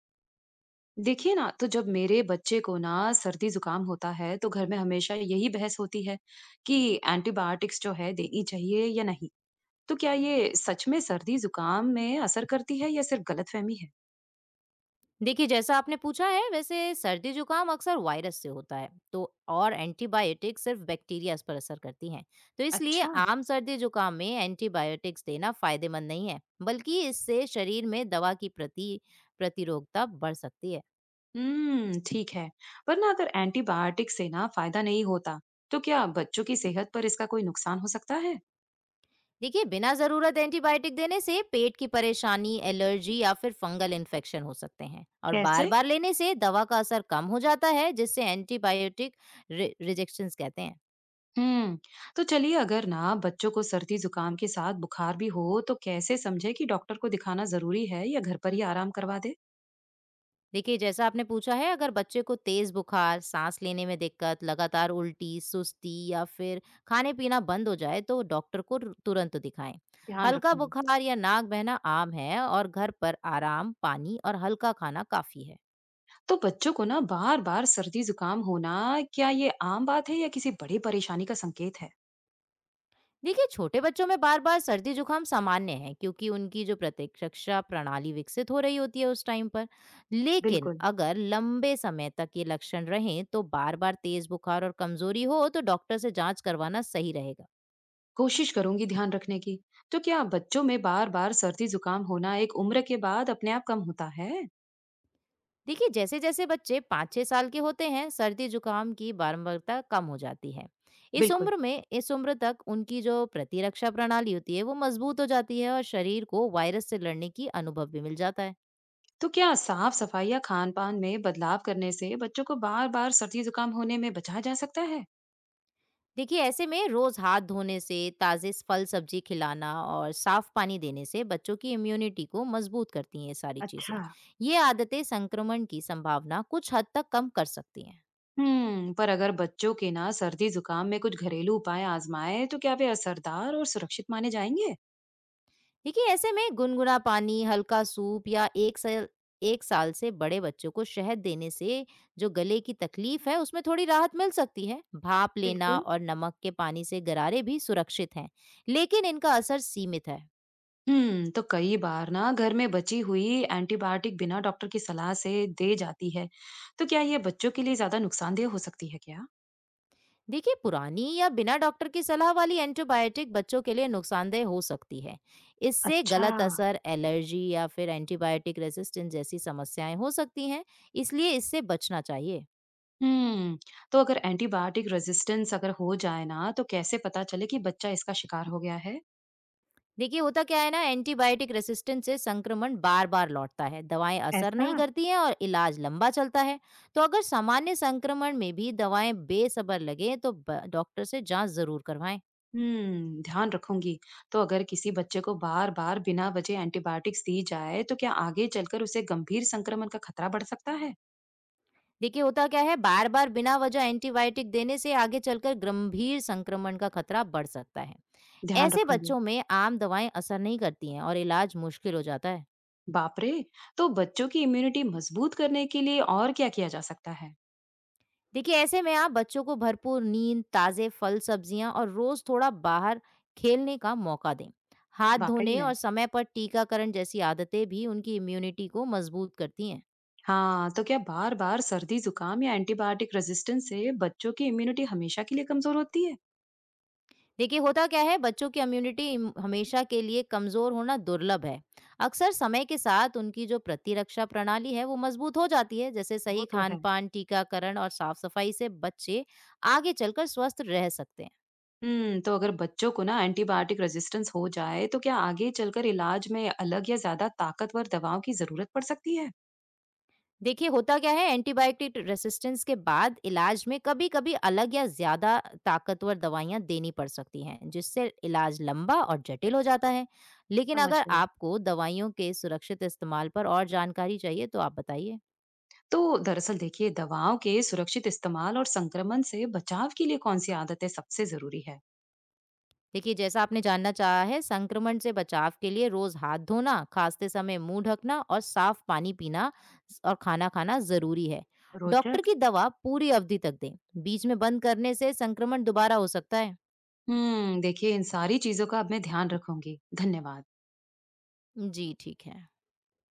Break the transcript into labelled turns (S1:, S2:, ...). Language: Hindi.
S1: देखिए ना, तो जब मेरे बच्चे को ना सर्दी जुकाम होता है, तो घर में हमेशा यही बहस होती है कि एंटीबायोटिक्स जो है देनी चाहिए या नहीं। तो क्या ये सच में सर्दी जुकाम में असर करती है या सिर्फ गलतफहमी है?
S2: देखिए जैसा आपने पूछा है वैसे सर्दी जुकाम अक्सर वायरस से होता है तो और एंटीबायोटिक सिर्फ बैक्टीरिया पर असर करती हैं तो इसलिए
S1: अच्छा।
S2: आम सर्दी जुकाम में एंटीबायोटिक्स देना फायदेमंद नहीं है, बल्कि इससे शरीर में दवा की प्रतिरोधकता बढ़ सकती है।
S1: हम्म, ठीक है। पर ना अगर एंटीबायोटिक से ना फायदा नहीं होता, तो क्या बच्चों की सेहत पर इसका कोई नुकसान हो सकता है?
S2: देखिए बिना जरूरत एंटीबायोटिक देने से पेट की परेशानी, एलर्जी या फिर फंगल इन्फेक्शन हो सकते हैं, और बार
S1: कैसे?
S2: बार लेने से दवा का असर कम हो जाता है, जिससे एंटीबायोटिक रिजेक्शन कहते हैं।
S1: हम्म। तो चलिए, अगर ना बच्चों को सर्दी जुकाम के साथ बुखार भी हो, तो कैसे समझे कि डॉक्टर को दिखाना जरूरी है या घर पर ही आराम करवा दे?
S2: देखिए जैसा आपने पूछा है, अगर बच्चे को तेज बुखार, सांस लेने में दिक्कत, लगातार उल्टी, सुस्ती या फिर खाने पीना बंद हो जाए तो डॉक्टर को तुरंत दिखाएं।
S1: ध्यान
S2: हल्का
S1: रखूंगी।
S2: बुखार या नाक बहना आम है, और घर पर आराम, पानी और हल्का खाना काफी है।
S1: तो बच्चों को ना बार बार सर्दी जुकाम होना, क्या ये आम बात है या किसी बड़ी परेशानी का संकेत है?
S2: देखिए छोटे बच्चों में बार बार सर्दी जुकाम सामान्य है, क्योंकि उनकी जो प्रतिरक्षा प्रणाली विकसित हो रही होती है उस टाइम पर। लेकिन
S1: बिल्कुल।
S2: अगर लंबे समय तक ये लक्षण रहें, तो बार बार तेज बुखार और कमजोरी हो, तो डॉक्टर से जांच करवाना सही रहेगा।
S1: कोशिश करूंगी ध्यान रखने की। तो क्या बच्चों में बार बार सर्दी जुकाम होना एक उम्र के बाद अपने आप कम होता है?
S2: देखिए जैसे जैसे बच्चे 5-6 साल के होते हैं, सर्दी जुकाम की बारंबारता कम हो जाती है। इस
S1: बिल्कुल।
S2: उम्र में इस उम्र तक उनकी जो प्रतिरक्षा प्रणाली होती है वो मजबूत हो जाती है, और शरीर को वायरस से लड़ने की अनुभव भी मिल जाता है।
S1: तो क्या साफ सफाई या खान पान में बदलाव करने से बच्चों को बार बार सर्दी जुकाम होने में बचा जा सकता है?
S2: देखिए ऐसे में रोज हाथ धोने से, ताज़े फल सब्जी खिलाना और साफ पानी देने से बच्चों की इम्यूनिटी को मजबूत करती हैं ये सारी चीज़ें।
S1: अच्छा।
S2: ये आदतें संक्रमण की संभावना कुछ हद तक कम कर सकती हैं।
S1: हम्म, पर अगर बच्चों के ना सर्दी जुकाम में कुछ घरेलू उपाय आजमाए, तो क्या वे असरदार और सुरक्षित माने जाएंगे?
S2: देखिए ऐसे में गुनगुना पानी, हल्का सूप या एक साल से बड़े बच्चों को शहद देने से जो गले की तकलीफ है उसमें थोड़ी राहत मिल सकती है। भाप लेना
S1: बिल्कुल।
S2: और नमक के पानी से गरारे भी सुरक्षित हैं, लेकिन इनका असर सीमित है।
S1: हम्म, तो कई बार ना घर में बची हुई एंटीबायोटिक बिना डॉक्टर की सलाह से दे जाती है, तो क्या ये बच्चों के लिए ज्यादा नुकसानदेह हो सकती है क्या?
S2: देखिए पुरानी या बिना डॉक्टर की सलाह वाली एंटीबायोटिक बच्चों के लिए नुकसानदेह हो सकती है। इससे
S1: अच्छा।
S2: गलत असर, एलर्जी या फिर एंटीबायोटिक रेजिस्टेंस जैसी समस्याएं हो सकती हैं, इसलिए इससे बचना चाहिए।
S1: हम्म, तो अगर एंटीबायोटिक रेजिस्टेंस अगर हो जाए ना, तो कैसे पता चले कि बच्चा इसका शिकार हो गया है?
S2: देखिए होता क्या है ना, एंटीबायोटिक रेसिस्टेंस से संक्रमण बार बार लौटता है, दवाएं असर
S1: ऐसा।
S2: नहीं करती हैं और इलाज लंबा चलता है। तो अगर सामान्य संक्रमण में भी दवाएं बेसबर लगे, तो डॉक्टर से जांच जरूर करवाएं।
S1: हम्म, ध्यान रखूंगी। तो अगर किसी बच्चे को बार बार बिना वजह एंटीबायोटिक्स दी जाए, तो क्या आगे चलकर उसे गंभीर संक्रमण का खतरा बढ़ सकता है?
S2: देखिए होता क्या है, बार बार बिना वजह एंटीबायोटिक देने से आगे चलकर गंभीर संक्रमण का खतरा बढ़ सकता है।
S1: ध्यान
S2: ऐसे
S1: रखूंगी।
S2: बच्चों में आम दवाएं असर नहीं करती हैं और इलाज मुश्किल हो जाता है।
S1: बाप रे! तो बच्चों की इम्यूनिटी मजबूत करने के लिए और क्या किया जा सकता है?
S2: देखिए ऐसे में आप बच्चों को भरपूर नींद, ताज़े फल सब्जियां और रोज थोड़ा बाहर खेलने का मौका दें। हाथ
S1: वाकई
S2: धोने
S1: में।
S2: और समय पर टीकाकरण जैसी आदतें भी उनकी इम्यूनिटी को मजबूत करती हैं।
S1: हाँ, तो क्या बार-बार सर्दी, जुकाम या एंटीबायोटिक रेजिस्टेंस से बच्चों की इम्यूनिटी हमेशा के लिए कमजोर होती है?
S2: देखिए होता क्या है, बच्चों की इम्यूनिटी हमेशा के लिए कमजोर होना दुर्लभ है। अक्सर समय के साथ उनकी जो प्रतिरक्षा प्रणाली है वो मजबूत हो जाती है, जैसे
S1: वो
S2: सही
S1: तो
S2: खान
S1: है।
S2: पान, टीकाकरण और साफ सफाई से बच्चे आगे चलकर स्वस्थ रह सकते हैं।
S1: तो अगर बच्चों को ना एंटीबायोटिक रेजिस्टेंस हो जाए, तो क्या आगे चलकर इलाज में अलग या ज्यादा ताकतवर दवाओं की जरूरत पड़ सकती है?
S2: देखिए होता क्या है, एंटीबायोटिक रेसिस्टेंस के बाद इलाज में कभी-कभी अलग या ज्यादा ताकतवर दवाइयां देनी पड़ सकती हैं, जिससे इलाज लंबा और जटिल हो जाता है। लेकिन
S1: समझ
S2: अगर
S1: गई।
S2: आपको दवाइयों के सुरक्षित इस्तेमाल पर और जानकारी चाहिए तो आप बताइए।
S1: तो दरअसल देखिए, दवाओं के सुरक्षित इस्तेमाल और संक्रमण से बचाव के लिए कौन सी आदतें सबसे जरूरी है?
S2: देखिए जैसा आपने जानना चाहा है, संक्रमण से बचाव के लिए रोज हाथ धोना, खांसते समय मुंह ढकना और साफ पानी पीना और खाना खाना जरूरी है। डॉक्टर
S1: रोचक।
S2: की दवा पूरी अवधि तक दें, बीच में बंद करने से संक्रमण दोबारा हो सकता है।
S1: हुँ, देखिए इन सारी चीज़ों का अब मैं ध्यान रखूँगी। धन्यवाद।
S2: जी ठीक है।